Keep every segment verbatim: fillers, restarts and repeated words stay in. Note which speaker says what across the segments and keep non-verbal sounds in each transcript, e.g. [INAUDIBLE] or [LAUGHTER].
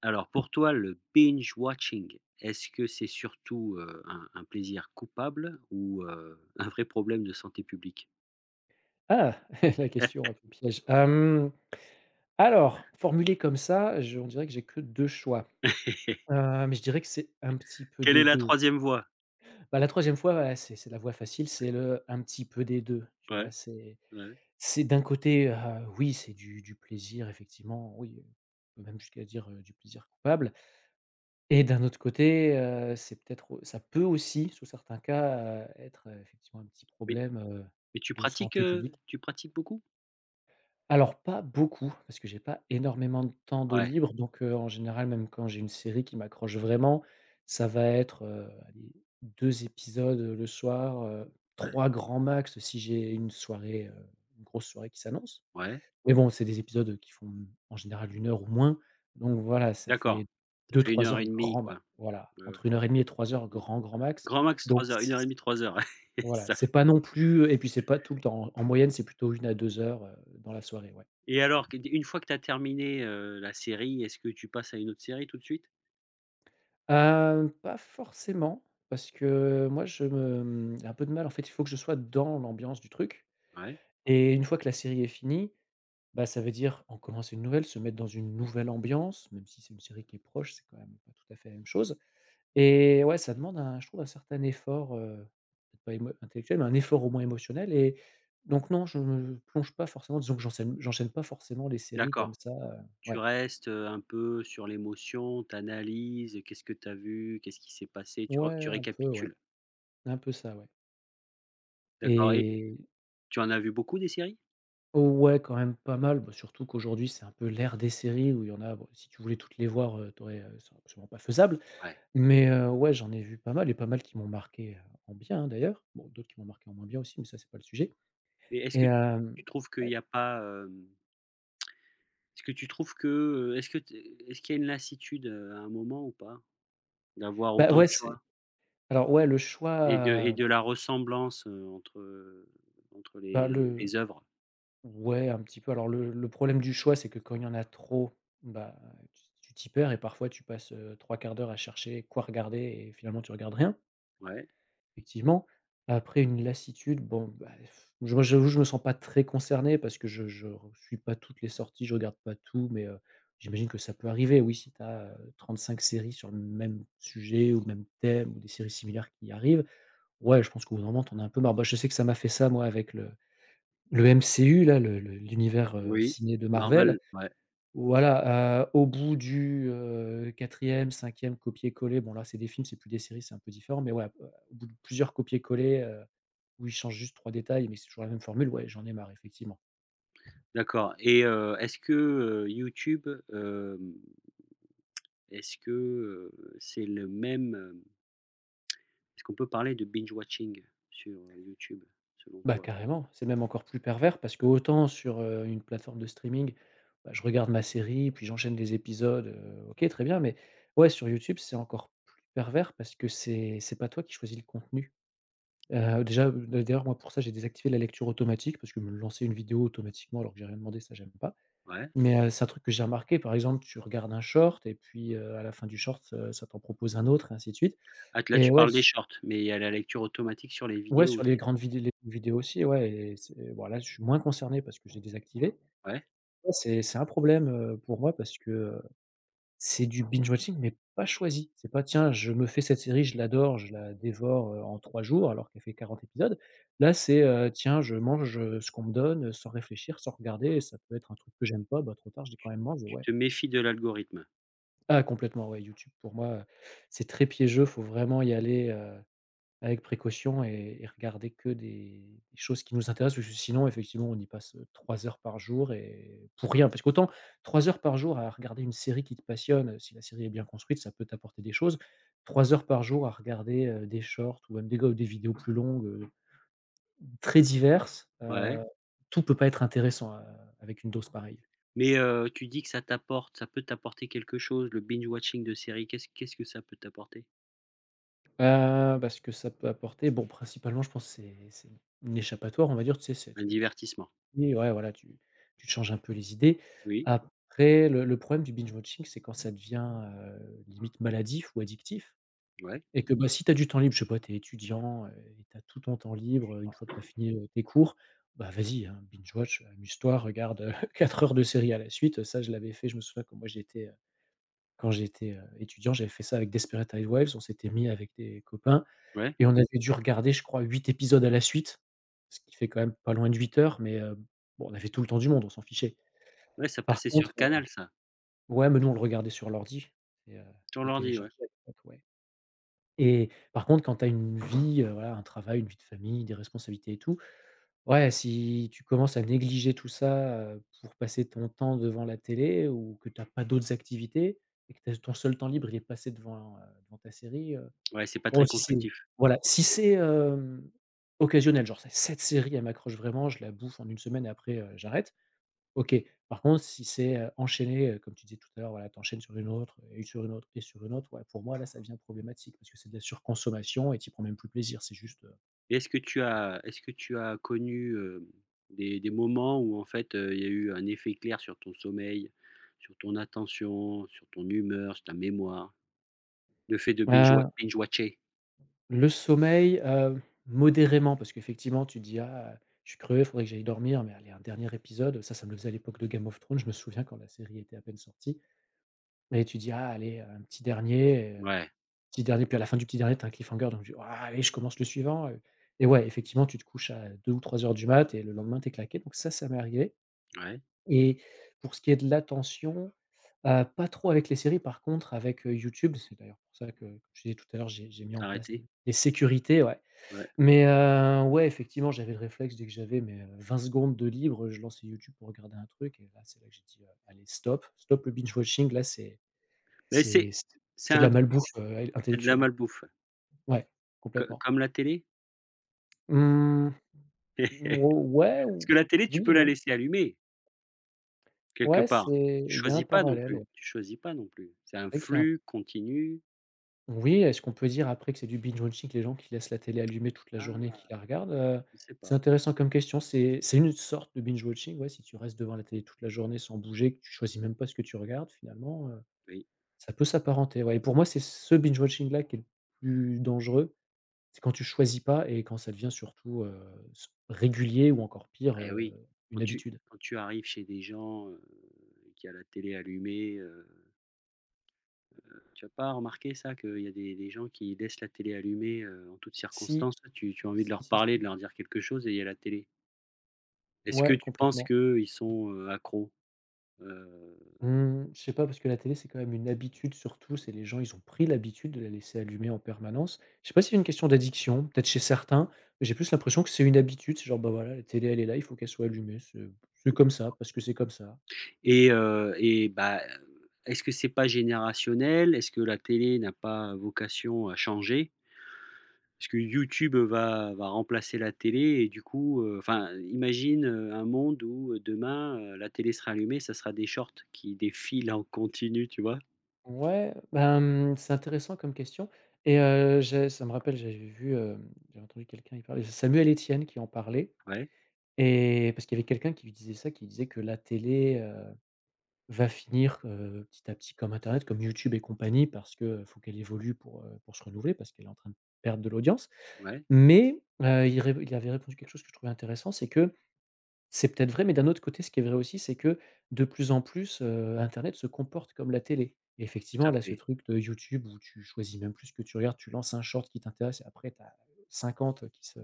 Speaker 1: Alors pour toi, le binge watching, est-ce que c'est surtout, heu, un un plaisir coupable ou, heu, [LAUGHS] un vrai problème de santé publique?
Speaker 2: Ah! [LAUGHS] La question un peu piège. Hem, alors, formulé comme ça, je on dirait que j'ai que deux choix.
Speaker 1: [LAUGHS]
Speaker 2: Heu, mais je dirais que c'est un petit peu
Speaker 1: Quelle est
Speaker 2: des
Speaker 1: la
Speaker 2: deux.
Speaker 1: troisième voie?
Speaker 2: Bah, la troisième fois, voilà, c'est c'est la voie facile, c'est le un petit peu des deux. Tu vois?
Speaker 1: Ouais,
Speaker 2: C'est
Speaker 1: ouais.
Speaker 2: c'est d'un côté, heu, oui, c'est du du plaisir, effectivement, oui, heu, même jusqu'à dire, heu, du plaisir coupable et d'un autre côté, heu, c'est peut-être au ça peut aussi, sous certains cas, heu, être, heu, effectivement un petit
Speaker 1: Mais
Speaker 2: problème, heu,
Speaker 1: mais tu
Speaker 2: de
Speaker 1: pratiques,
Speaker 2: santé
Speaker 1: heu,
Speaker 2: publique.
Speaker 1: tu pratiques beaucoup?
Speaker 2: Alors pas beaucoup, parce que j'ai pas énormément de temps de
Speaker 1: Ouais,
Speaker 2: libre, donc heu, en général, même quand j'ai une série qui m'accroche vraiment, ça va être, heu, allez, deux épisodes, le soir, heu,
Speaker 1: ouais,
Speaker 2: trois grand max si j'ai une soirée, heu, une grosse soirée qui s'annonce.
Speaker 1: ouais,
Speaker 2: Mais bon, c'est des épisodes, qui font, mmh, en général une heure ou moins, donc voilà, ça
Speaker 1: d'accord.
Speaker 2: fait
Speaker 1: Ça
Speaker 2: deux
Speaker 1: fait une
Speaker 2: trois
Speaker 1: heure et
Speaker 2: heures
Speaker 1: demie
Speaker 2: grand max.
Speaker 1: quoi.
Speaker 2: Voilà,
Speaker 1: Ouais, ouais.
Speaker 2: entre une heure et demie et trois heures
Speaker 1: Mmh.
Speaker 2: grand, grand max,
Speaker 1: Grand max
Speaker 2: donc
Speaker 1: trois heures, une
Speaker 2: c'est
Speaker 1: heure et demie, trois heures. [LAUGHS]
Speaker 2: voilà,
Speaker 1: Ça
Speaker 2: c'est pas non plus, et puis c'est pas tout le temps. En moyenne, c'est plutôt une à deux heures, heu, dans la soirée, ouais.
Speaker 1: et alors que une fois que tu as terminé, heu, la série, est-ce que tu passes à une autre série tout de suite?
Speaker 2: Heu, pas forcément, parce que moi je me, mmh, j'ai un peu de mal en fait, il faut que je sois dans l'ambiance du truc
Speaker 1: Ouais,
Speaker 2: et une fois que la série est finie, bah, ça veut dire en commencer une nouvelle, se mettre dans une nouvelle ambiance, même si c'est une série qui est proche, c'est quand même pas tout à fait la même chose et ouais, ça demande un je trouve un certain effort, heu, peut-être pas émo intellectuel, mais un effort au moins émotionnel et donc non, je me plonge pas forcément, disons que j'enchaîne, j'enchaîne pas forcément les séries comme
Speaker 1: d'accord.
Speaker 2: ça, heu,
Speaker 1: Tu
Speaker 2: ouais.
Speaker 1: restes, heu, un peu sur l'émotion, tu analyses, qu'est-ce que tu as vu? Qu'est-ce qui s'est passé? Tu re tu
Speaker 2: Ouais, un peu, ouais,
Speaker 1: récapitules.
Speaker 2: un peu ça, ouais
Speaker 1: D'accord et
Speaker 2: et
Speaker 1: tu en as vu beaucoup des séries?
Speaker 2: ouais, quand même pas mal, bah, surtout qu'aujourd'hui, c'est un peu l'ère des séries où il y en a, bon, si tu voulais toutes les voir, heu, tu aurais, c'est absolument pas faisable.
Speaker 1: Ouais.
Speaker 2: Mais, heu, ouais, j'en ai vu pas mal et pas mal qui m'ont marqué, heu, en bien, hein, d'ailleurs. Bon, d'autres qui m'ont marqué en moins bien aussi, mais ça, c'est pas le sujet.
Speaker 1: Mais est-ce
Speaker 2: Et
Speaker 1: que tu
Speaker 2: hem,
Speaker 1: tu trouves qu'il
Speaker 2: ouais,
Speaker 1: y a pas, hem, est-ce que tu trouves que, heu, est-ce que t est-ce qu'il y a une lassitude, heu, à un moment ou pas? D'avoir
Speaker 2: bah,
Speaker 1: autant
Speaker 2: ouais,
Speaker 1: de
Speaker 2: c'est
Speaker 1: choix
Speaker 2: alors ouais, le
Speaker 1: et de
Speaker 2: choix,
Speaker 1: et
Speaker 2: heu,
Speaker 1: de la ressemblance, heu, entre, entre
Speaker 2: bah,
Speaker 1: les
Speaker 2: le
Speaker 1: les œuvres?
Speaker 2: ouais, un petit peu. Alors le le problème du choix, c'est que quand il y en a trop, bah, tu tu t'y perds et parfois tu passes, heu, trois quarts d'heure à chercher quoi regarder et finalement tu regardes rien.
Speaker 1: Ouais.
Speaker 2: Effectivement. Après une lassitude, bon, bah, pff, je moi, j'avoue, je me sens pas très concerné parce que je je re suis pas toutes les sorties, je regarde pas tout, mais, heu, j'imagine que ça peut arriver, oui, si tu as, heu, trente-cinq séries sur le même sujet ou le même thème ou des séries similaires qui arrivent, ouais, je pense qu'au bout d'un moment, tu as un peu marre. Bah, je sais que ça m'a fait ça, moi, avec le le M C U là, le le l'univers, heu,
Speaker 1: Oui.
Speaker 2: ciné de Marvel.
Speaker 1: Marvel, ouais.
Speaker 2: Voilà, heu, au bout du, heu, quatrième, copier-coller, bon là, c'est des films, c'est plus des séries, c'est un peu différent, mais ouais, heu, au bout de plusieurs copier-coller, heu, où ils changent juste trois détails, mais c'est toujours la même formule, ouais, j'en ai marre effectivement.
Speaker 1: D'accord et heu, est-ce que, heu, YouTube, est-ce que, heu, c'est le même, heu, est-ce qu'on peut parler de binge watching sur, heu, YouTube, selon
Speaker 2: Bah,
Speaker 1: toi?
Speaker 2: carrément, c'est même encore plus pervers parce que autant sur, heu, une plateforme de streaming, bah, je regarde ma série, puis j'enchaîne les épisodes, heu, OK, très bien, mais ouais, sur YouTube, c'est encore plus pervers parce que c'est c'est pas toi qui choisis le contenu. Heu, déjà, euh, d'ailleurs, moi, pour ça, j'ai désactivé la lecture automatique parce que me lancer une vidéo automatiquement alors que j'ai rien demandé, ça, j'aime pas.
Speaker 1: Ouais.
Speaker 2: Mais, heu, c'est un truc que j'ai remarqué, par exemple, tu regardes un short et puis, heu, à la fin du short, heu, ça t'en propose un autre et ainsi de suite.
Speaker 1: Ah t là,
Speaker 2: Et
Speaker 1: tu
Speaker 2: ouais,
Speaker 1: parles des
Speaker 2: s
Speaker 1: shorts, mais il y a la lecture automatique sur les
Speaker 2: ouais,
Speaker 1: vidéos
Speaker 2: sur les
Speaker 1: aussi.
Speaker 2: grandes vidé les vidéos aussi, ouais et c'est voilà, je suis moins concerné parce que je l'ai désactivé.
Speaker 1: Ouais,
Speaker 2: Ouais, c'est c'est un problème, heu, pour moi parce que, heu C'est du binge watching, mais pas choisi. C'est pas: «Tiens, je me fais cette série, je l'adore, je la dévore, heu, en trois jours», alors qu'elle fait quarante épisodes. Là, c'est, heu: «Tiens, je mange, heu, ce qu'on me donne, heu, sans réfléchir, sans regarder» et ça peut être un truc que j'aime pas, bah, trop tard, je dis quand même: «Mange»,
Speaker 1: tu
Speaker 2: ouais.
Speaker 1: te méfies de l'algorithme.
Speaker 2: Ah complètement, ouais, YouTube pour moi, heu, c'est très piégeux, faut vraiment y aller, heu avec précaution et et regarder que des des choses qui nous intéressent, parce que sinon effectivement on y passe, heu, trois heures par jour et pour rien. Parce qu'autant trois heures par jour à regarder une série qui te passionne, euh, si la série est bien construite, ça peut t'apporter des choses. Trois heures par jour à regarder, heu, des shorts ou même des go des vidéos plus longues, heu, très diverses,
Speaker 1: Ouais,
Speaker 2: heu, tout peut pas être intéressant, heu, avec une dose pareille.
Speaker 1: mais, heu, tu dis que ça t'apporte ça peut t'apporter quelque chose, le binge watching de séries. Qu'est-ce qu'est-ce que ça peut t'apporter?
Speaker 2: Heu, bah, ce que ça peut apporter, bon, principalement, je pense, que c'est c'est une échappatoire, on va dire, tu sais, c'est
Speaker 1: Un
Speaker 2: tu tu
Speaker 1: divertissement.
Speaker 2: oui, ouais, voilà, tu tu te changes un peu les idées.
Speaker 1: Oui,
Speaker 2: Après, le le problème du binge watching, c'est quand ça devient, heu, limite maladif ou addictif
Speaker 1: ouais,
Speaker 2: et que, bah, si tu as du temps libre, je sais pas, tu es étudiant, heu et tu as tout ton temps libre, heu, une fois que tu as fini, heu, tes cours, bah, vas-y, hein, binge watch, amuse-toi, regarde, heu, quatre [LAUGHS] heures de série à la suite. Ça, je l'avais fait, je me souviens que moi, j'étais, heu, quand j'étais, heu, étudiant, j'avais fait ça avec Desperate Housewives. On s'était mis avec des copains
Speaker 1: ouais,
Speaker 2: et on avait dû regarder, je crois, huit épisodes à la suite, ce qui fait quand même pas loin de huit heures, mais heu, bon, on avait tout le temps du monde, on s'en fichait.
Speaker 1: ouais, ça
Speaker 2: Par
Speaker 1: passait
Speaker 2: contre,
Speaker 1: sur
Speaker 2: heu
Speaker 1: Canal ça,
Speaker 2: ouais, mais nous, on le regardait sur l'ordi et heu,
Speaker 1: sur
Speaker 2: c'était
Speaker 1: l'ordi, ouais.
Speaker 2: téléchargé à l'époque, ouais et par contre, quand tu as une vie, heu, voilà, un travail, une vie de famille, des responsabilités et tout, ouais, si tu commences à négliger tout ça, heu, pour passer ton temps devant la télé ou que tu as pas d'autres activités et que tu as ton seul temps libre, il est passé devant, heu, devant ta série, heu
Speaker 1: Ouais, c'est pas très
Speaker 2: Bon, si c'est
Speaker 1: constructif.
Speaker 2: voilà, si c'est, hem, occasionnel, genre c'est cette série, elle m'accroche vraiment, je la bouffe en une semaine et après, heu, j'arrête, OK. Par contre, si c'est, heu, enchaîné, heu, comme tu disais tout à l'heure, voilà, tu enchaînes sur une autre et sur une autre et sur une autre, ouais, pour moi, là, ça devient problématique parce que c'est de la surconsommation et tu y prends même plus plaisir, c'est juste, heu
Speaker 1: Et est-ce que tu as est-ce que tu as connu, heu, des des moments où en fait, heu, il y a eu un effet clair sur ton sommeil, sur ton attention, sur ton humeur, sur ta mémoire? Le fait de binge wa
Speaker 2: heu,
Speaker 1: binge watcher?
Speaker 2: le sommeil, heu, modérément parce qu'effectivement, tu te dis: «Ah, je suis crevé, faudrait que j'aille dormir, mais allez, un dernier épisode», ça, ça me le faisait à l'époque de Game of Thrones, je me souviens quand la série était à peine sortie et tu dis: «Ah, allez, un petit dernier» et heu
Speaker 1: Ouais,
Speaker 2: petit dernier, puis à la fin du petit dernier, t'as un cliffhanger, donc je dis: «Oh allez, je commence le suivant», heu et ouais, effectivement, tu te couches à deux ou trois heures du mat et le lendemain, tu es claqué, donc ça, ça m'est arrivé
Speaker 1: ouais,
Speaker 2: et pour ce qui est de l'attention, heu, pas trop avec les séries, par contre avec, heu, YouTube, c'est d'ailleurs pour ça que, comme je disais tout à l'heure, j'ai j'ai mis
Speaker 1: tu
Speaker 2: en place
Speaker 1: arrêté?
Speaker 2: des des sécurités, ouais.
Speaker 1: Ouais.
Speaker 2: Mais heu, ouais, effectivement, j'avais le réflexe dès que j'avais mes, heu, vingt secondes de libre, je lançais YouTube pour regarder un truc et là, c'est là que j'ai dit: «Heu, allez stop, stop le binge watching, là, c'est
Speaker 1: Mais
Speaker 2: c'est
Speaker 1: c'est
Speaker 2: c'est
Speaker 1: c'est
Speaker 2: c'est de
Speaker 1: un
Speaker 2: la malbouffe, heu,
Speaker 1: c'est de la
Speaker 2: intellectuelle».
Speaker 1: malbouffe,
Speaker 2: Ouais,
Speaker 1: co
Speaker 2: complètement.
Speaker 1: comme la télé?
Speaker 2: Mmh, ou
Speaker 1: [LAUGHS]
Speaker 2: ouais,
Speaker 1: Parce
Speaker 2: ou
Speaker 1: que la télé, tu
Speaker 2: oui
Speaker 1: peux
Speaker 2: et
Speaker 1: la
Speaker 2: non.
Speaker 1: laisser allumer quelque
Speaker 2: Ouais,
Speaker 1: part.
Speaker 2: c'est
Speaker 1: Tu
Speaker 2: il y a un
Speaker 1: choisis pas non
Speaker 2: parallèle,
Speaker 1: plus
Speaker 2: ouais.
Speaker 1: tu choisis pas non plus. C'est un
Speaker 2: C'est vrai qu'il y a un
Speaker 1: flux continu.
Speaker 2: oui, est-ce qu'on peut dire après que c'est du binge watching, les gens qui laissent la télé allumée toute la journée et qui
Speaker 1: Ah,
Speaker 2: la regardent? Heu,
Speaker 1: je sais
Speaker 2: c'est
Speaker 1: pas,
Speaker 2: intéressant comme question. C'est c'est une sorte de binge watching, ouais, si tu restes devant la télé toute la journée sans bouger, que tu choisis même pas ce que tu regardes finalement, heu,
Speaker 1: oui.
Speaker 2: ça peut s'apparenter, ouais et pour moi, c'est ce binge watching là qui est le plus dangereux. C'est quand tu choisis pas et quand ça devient surtout, heu, s régulier ou encore pire,
Speaker 1: Eh
Speaker 2: heu,
Speaker 1: oui, quand
Speaker 2: une
Speaker 1: tu
Speaker 2: habitude.
Speaker 1: quand tu arrives chez des gens, heu, qui a la télé allumée, heu, tu as pas remarqué ça? Qu'il y a des des gens qui laissent la télé allumée, heu, en toutes
Speaker 2: Si,
Speaker 1: circonstances, tu tu as envie de
Speaker 2: si,
Speaker 1: leur
Speaker 2: si,
Speaker 1: parler, de
Speaker 2: si.
Speaker 1: leur dire quelque chose et il y a la télé. Est-ce que
Speaker 2: Ouais,
Speaker 1: tu penses
Speaker 2: complètement.
Speaker 1: qu'ils sont, heu, accros? Heu
Speaker 2: Mmh, je sais pas parce que la télé, c'est quand même une habitude surtout, c'est les gens, ils ont pris l'habitude de la laisser allumer en permanence. Je sais pas si c'est une question d'addiction, peut-être chez certains, mais j'ai plus l'impression que c'est une habitude, c'est genre, bah, voilà, la télé, elle est là, il faut qu'elle soit allumée, c'est c'est comme ça, parce que c'est comme ça.
Speaker 1: et heu et bah, est-ce que c'est pas générationnel? Est-ce que la télé n'a pas vocation à changer? Parce que YouTube va va remplacer la télé et du coup, heu, enfin, imagine, heu, un monde où, heu, demain, heu, la télé sera allumée, ça sera des shorts qui défilent en continu, tu vois?
Speaker 2: Ouais, ben, c'est intéressant comme question et heu, j'ai ça me rappelle, j'avais vu, hem, j'avais entendu quelqu'un y parler, c'est Samuel Etienne qui en parlait,
Speaker 1: Ouais,
Speaker 2: et parce qu'il y avait quelqu'un qui lui disait ça, qui disait que la télé va finir, heu, petit à petit, comme internet, comme YouTube et compagnie, parce que faut qu'elle évolue pour, heu, pour se renouveler parce qu'elle est en train de perdre de l'audience.
Speaker 1: ouais,
Speaker 2: Mais, heu, il ré il avait répondu quelque chose que je trouvais intéressant, c'est que c'est peut-être vrai, mais d'un autre côté, ce qui est vrai aussi, c'est que de plus en plus, heu, internet se comporte comme la télé. Et
Speaker 1: tout
Speaker 2: effectivement,
Speaker 1: à
Speaker 2: là, ce
Speaker 1: fait.
Speaker 2: truc de YouTube où tu choisis même plus ce que tu regardes, tu lances un short qui t'intéresse et après tu as cinquante qui se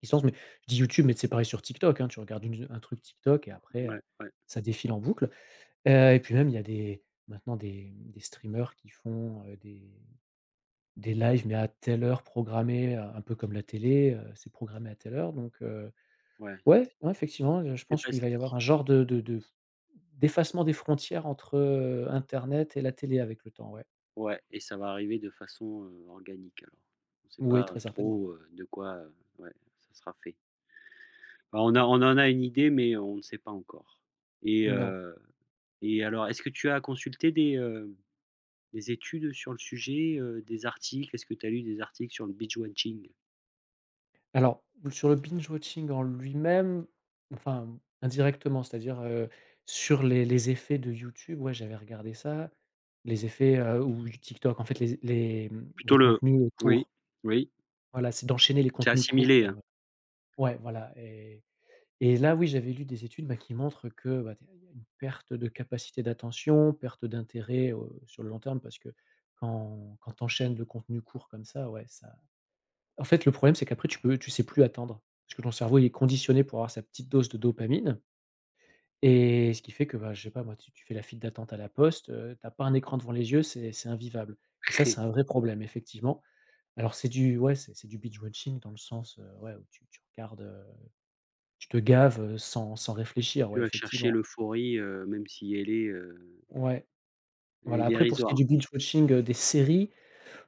Speaker 2: qui se lancent. Mais je dis YouTube, mais c'est pareil sur TikTok, hein. Tu regardes une un truc TikTok et après, heu,
Speaker 1: Ouais, ouais,
Speaker 2: ça défile en boucle. Heu et puis même, il y a des maintenant des des streamers qui font, heu, des des lives, mais à telle heure programmée, heu, un peu comme la télé, heu, c'est programmé à telle heure, donc heu,
Speaker 1: ouais.
Speaker 2: ouais, ouais, effectivement, heu, je
Speaker 1: Et
Speaker 2: pense
Speaker 1: parce
Speaker 2: qu'il va y avoir un genre de de de d'effacement des frontières entre, heu, internet et la télé avec le temps, ouais.
Speaker 1: ouais et ça va arriver de façon, heu, organique alors. On ne sait
Speaker 2: Oui,
Speaker 1: pas
Speaker 2: très certainement.
Speaker 1: trop, heu, de quoi, heu, ouais, ça sera fait. Bah, on a on en a une idée mais on ne sait pas encore. Et
Speaker 2: Non.
Speaker 1: heu et alors est-ce que tu as consulté des, heu des études sur le sujet, heu, des articles? Est-ce que tu as lu des articles sur le beach watching?
Speaker 2: Alors, sur le binge watching en lui-même, enfin, indirectement, c'est-à-dire, heu, sur les les effets de YouTube, ouais, j'avais regardé ça. Les effets, heu, ou du TikTok, en fait, les les, mmh,
Speaker 1: Plutôt
Speaker 2: les
Speaker 1: le
Speaker 2: contenus
Speaker 1: oui,
Speaker 2: courts.
Speaker 1: oui,
Speaker 2: Voilà, c'est d'enchaîner les
Speaker 1: c'est
Speaker 2: contenus courts
Speaker 1: assimilé, hein.
Speaker 2: comme, ouais, voilà. Et et là, oui, j'avais lu des études, bah, qui montrent que, bah, tu il y a une perte de capacité d'attention, perte d'intérêt, heu, sur le long terme, parce que quand quand tu enchaînes le contenu court comme ça, ouais, ça en fait, le problème, c'est qu'après tu peux tu sais plus attendre. Parce que ton cerveau, il est conditionné pour avoir sa petite dose de dopamine, et ce qui fait que, bah, je sais pas moi, tu tu fais la file d'attente à la poste, heu, tu pas un écran devant les yeux, c'est c'est invivable, et ça, c'est un
Speaker 1: [LAUGHS]
Speaker 2: vrai problème effectivement. Alors c'est du ouais, c'est c'est du binge watching dans le sens, heu, ouais, où tu tu regardes, heu, tu te gaves, heu, sans sans réfléchir,
Speaker 1: Tu
Speaker 2: ouais,
Speaker 1: vas chercher
Speaker 2: effectivement.
Speaker 1: l'euphorie, heu, même si elle est, heu,
Speaker 2: Ouais,
Speaker 1: elle est
Speaker 2: voilà, après pour ce qui est
Speaker 1: dérisoire.
Speaker 2: du binge watching, heu, des séries,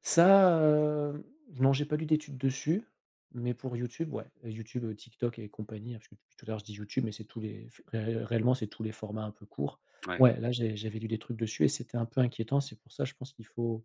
Speaker 2: ça, heu, non, j'ai pas lu d'études dessus, mais pour YouTube, ouais, euh, YouTube, heu, TikTok et compagnie, hein, parce que depuis tout à l'heure, je dis YouTube, mais c'est tous les ré réellement, c'est tous les formats un peu courts.
Speaker 1: Ouais,
Speaker 2: Ouais, là, j'ai j'avais lu des trucs dessus et c'était un peu inquiétant. C'est pour ça, je pense qu'il faut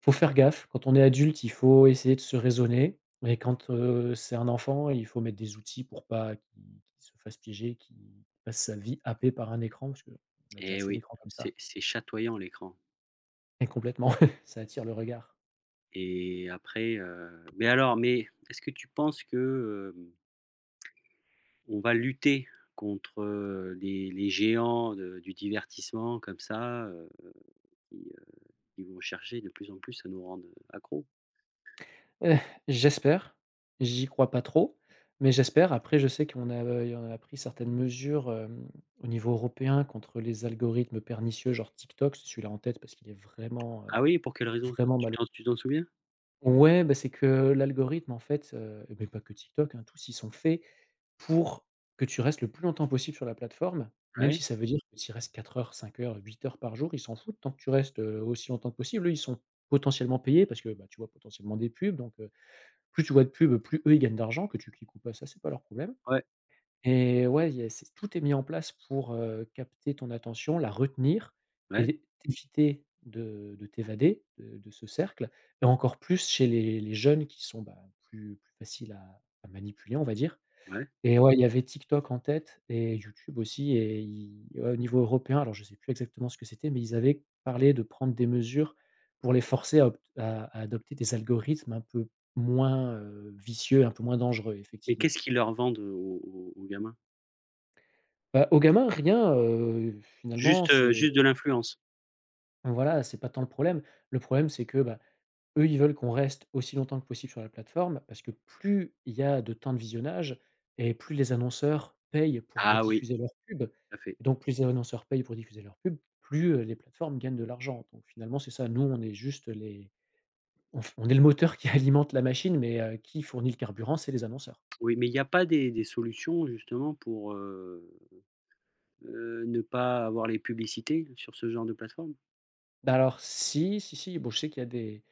Speaker 2: faut faire gaffe. Quand on est adulte, il faut essayer de se raisonner, et quand, heu, c'est un enfant, il faut mettre des outils pour pas qu'il qu'il se fasse piéger, qu'il passe sa vie happé par un écran, parce qu'on a déjà
Speaker 1: eh
Speaker 2: assez
Speaker 1: oui,
Speaker 2: d'écrans comme
Speaker 1: c'est
Speaker 2: ça,
Speaker 1: c'est chatoyant l'écran
Speaker 2: et complètement, [LAUGHS] ça attire le regard.
Speaker 1: et après, heu mais alors, mais est-ce que tu penses que, hem, on va lutter contre, heu, les les géants de du divertissement comme ça, heu, qui, heu, qui vont chercher de plus en plus à nous rendre, accros?
Speaker 2: Heu, J'espère. J'y crois pas trop, mais j'espère. Après, je sais qu'on a, heu, on a pris certaines mesures, hem, au niveau européen contre les algorithmes pernicieux, genre TikTok. C'est celui-là en tête parce qu'il est vraiment, heu,
Speaker 1: Ah oui, pour quelle raison?
Speaker 2: vraiment
Speaker 1: Tu
Speaker 2: malo
Speaker 1: t'en tu t'en souviens?
Speaker 2: ouais, bah, c'est que l'algorithme, en fait, heu, mais pas que TikTok, hein, tous, ils sont faits pour que tu restes le plus longtemps possible sur la plateforme, même
Speaker 1: Ouais,
Speaker 2: si ça veut dire que tu y restes quatre heures, cinq heures, huit heures par jour, ils s'en foutent tant que tu restes, heu, aussi longtemps que possible. Eux, ils sont potentiellement payés parce que, bah, tu vois potentiellement des pubs, donc plus tu vois de pubs, plus eux, ils gagnent d'argent. Que tu cliques ou pas, ça, c'est pas leur problème.
Speaker 1: ouais,
Speaker 2: Et ouais, il y a c'est tout est mis en place pour, heu, capter ton attention, la retenir
Speaker 1: ouais,
Speaker 2: et éviter de de t'évader de de ce cercle, et encore plus chez les les jeunes qui sont, bah, plus plus faciles à à manipuler, on va dire.
Speaker 1: ouais.
Speaker 2: Et ouais, il y avait TikTok en tête et YouTube aussi, et ils ouais, au niveau européen, alors je sais plus exactement ce que c'était, mais ils avaient parlé de prendre des mesures pour les forcer à opt à à adopter des algorithmes un peu moins, heu, vicieux, un peu moins dangereux,
Speaker 1: Mais
Speaker 2: effectivement.
Speaker 1: qu'est-ce qu'ils leur vendent, aux aux aux gamins?
Speaker 2: Bah, aux gamins rien, heu, finalement,
Speaker 1: Juste, heu,
Speaker 2: c'est
Speaker 1: juste de l'influence?
Speaker 2: voilà, c'est pas tant le problème. Le problème, c'est que, bah, eux, ils veulent qu'on reste aussi longtemps que possible sur la plateforme, parce que plus il y a de temps de visionnage et plus les annonceurs payent pour vous
Speaker 1: Ah oui,
Speaker 2: diffuser leurs pubs,
Speaker 1: tout à fait.
Speaker 2: et donc plus les annonceurs payent pour diffuser leurs pubs, plus, heu, les plateformes gagnent de l'argent. Donc finalement, c'est ça, nous, on est juste les on f on est le moteur qui [LAUGHS] alimente la machine, mais, heu, qui fournit le carburant, c'est les annonceurs.
Speaker 1: Oui, mais il n'y a pas des des solutions justement pour, heu heu, ne pas avoir les publicités sur ce genre de plateforme?
Speaker 2: Bah, alors si, si, si, bon, je sais qu'il y a des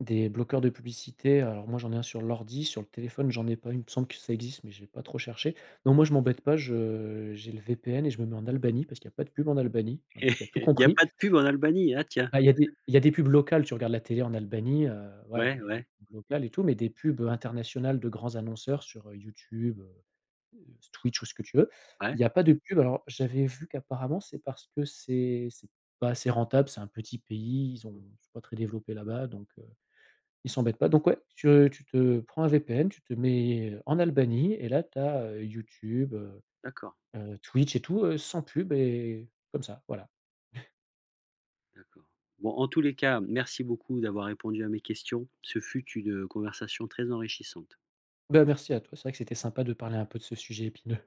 Speaker 2: Des bloqueurs de publicité. Alors moi j'en ai un sur l'ordi, sur le téléphone j'en ai pas. Il me semble que ça existe, mais j'ai pas trop cherché. Non, moi je m'embête pas, je j'ai le V P N et je me mets en Albanie parce qu'il y a pas de pub en Albanie, un pays qui a tout
Speaker 1: Il n'y a
Speaker 2: compris.
Speaker 1: pas de pub en Albanie, ah tiens!
Speaker 2: Bah, il y a des il y a des pubs locales, tu regardes la télé en Albanie, heu, ouais,
Speaker 1: Ouais,
Speaker 2: il y a des
Speaker 1: ouais,
Speaker 2: pubs locales et tout, mais des pubs internationales de grands annonceurs sur, heu, YouTube, heu, heu, Twitch ou ce que tu veux.
Speaker 1: ouais.
Speaker 2: Il y a pas de pub. Alors j'avais vu qu'apparemment c'est parce que c'est c'est pas assez rentable, c'est un petit pays, ils ont
Speaker 1: Mmh,
Speaker 2: ils sont pas très développés là-bas, donc heu ils s'embêtent pas. Donc ouais, tu euh, tu te prends un V P N, tu te mets en Albanie, et là tu as, heu, YouTube, heu
Speaker 1: d'accord,
Speaker 2: heu, Twitch et tout, heu, sans pub, et comme ça, voilà.
Speaker 1: d'accord. Bon, en tous les cas, merci beaucoup d'avoir répondu à mes questions. Ce fut une conversation très enrichissante.
Speaker 2: Bah, merci à toi, c'est vrai que c'était sympa de parler un peu de ce sujet épineux.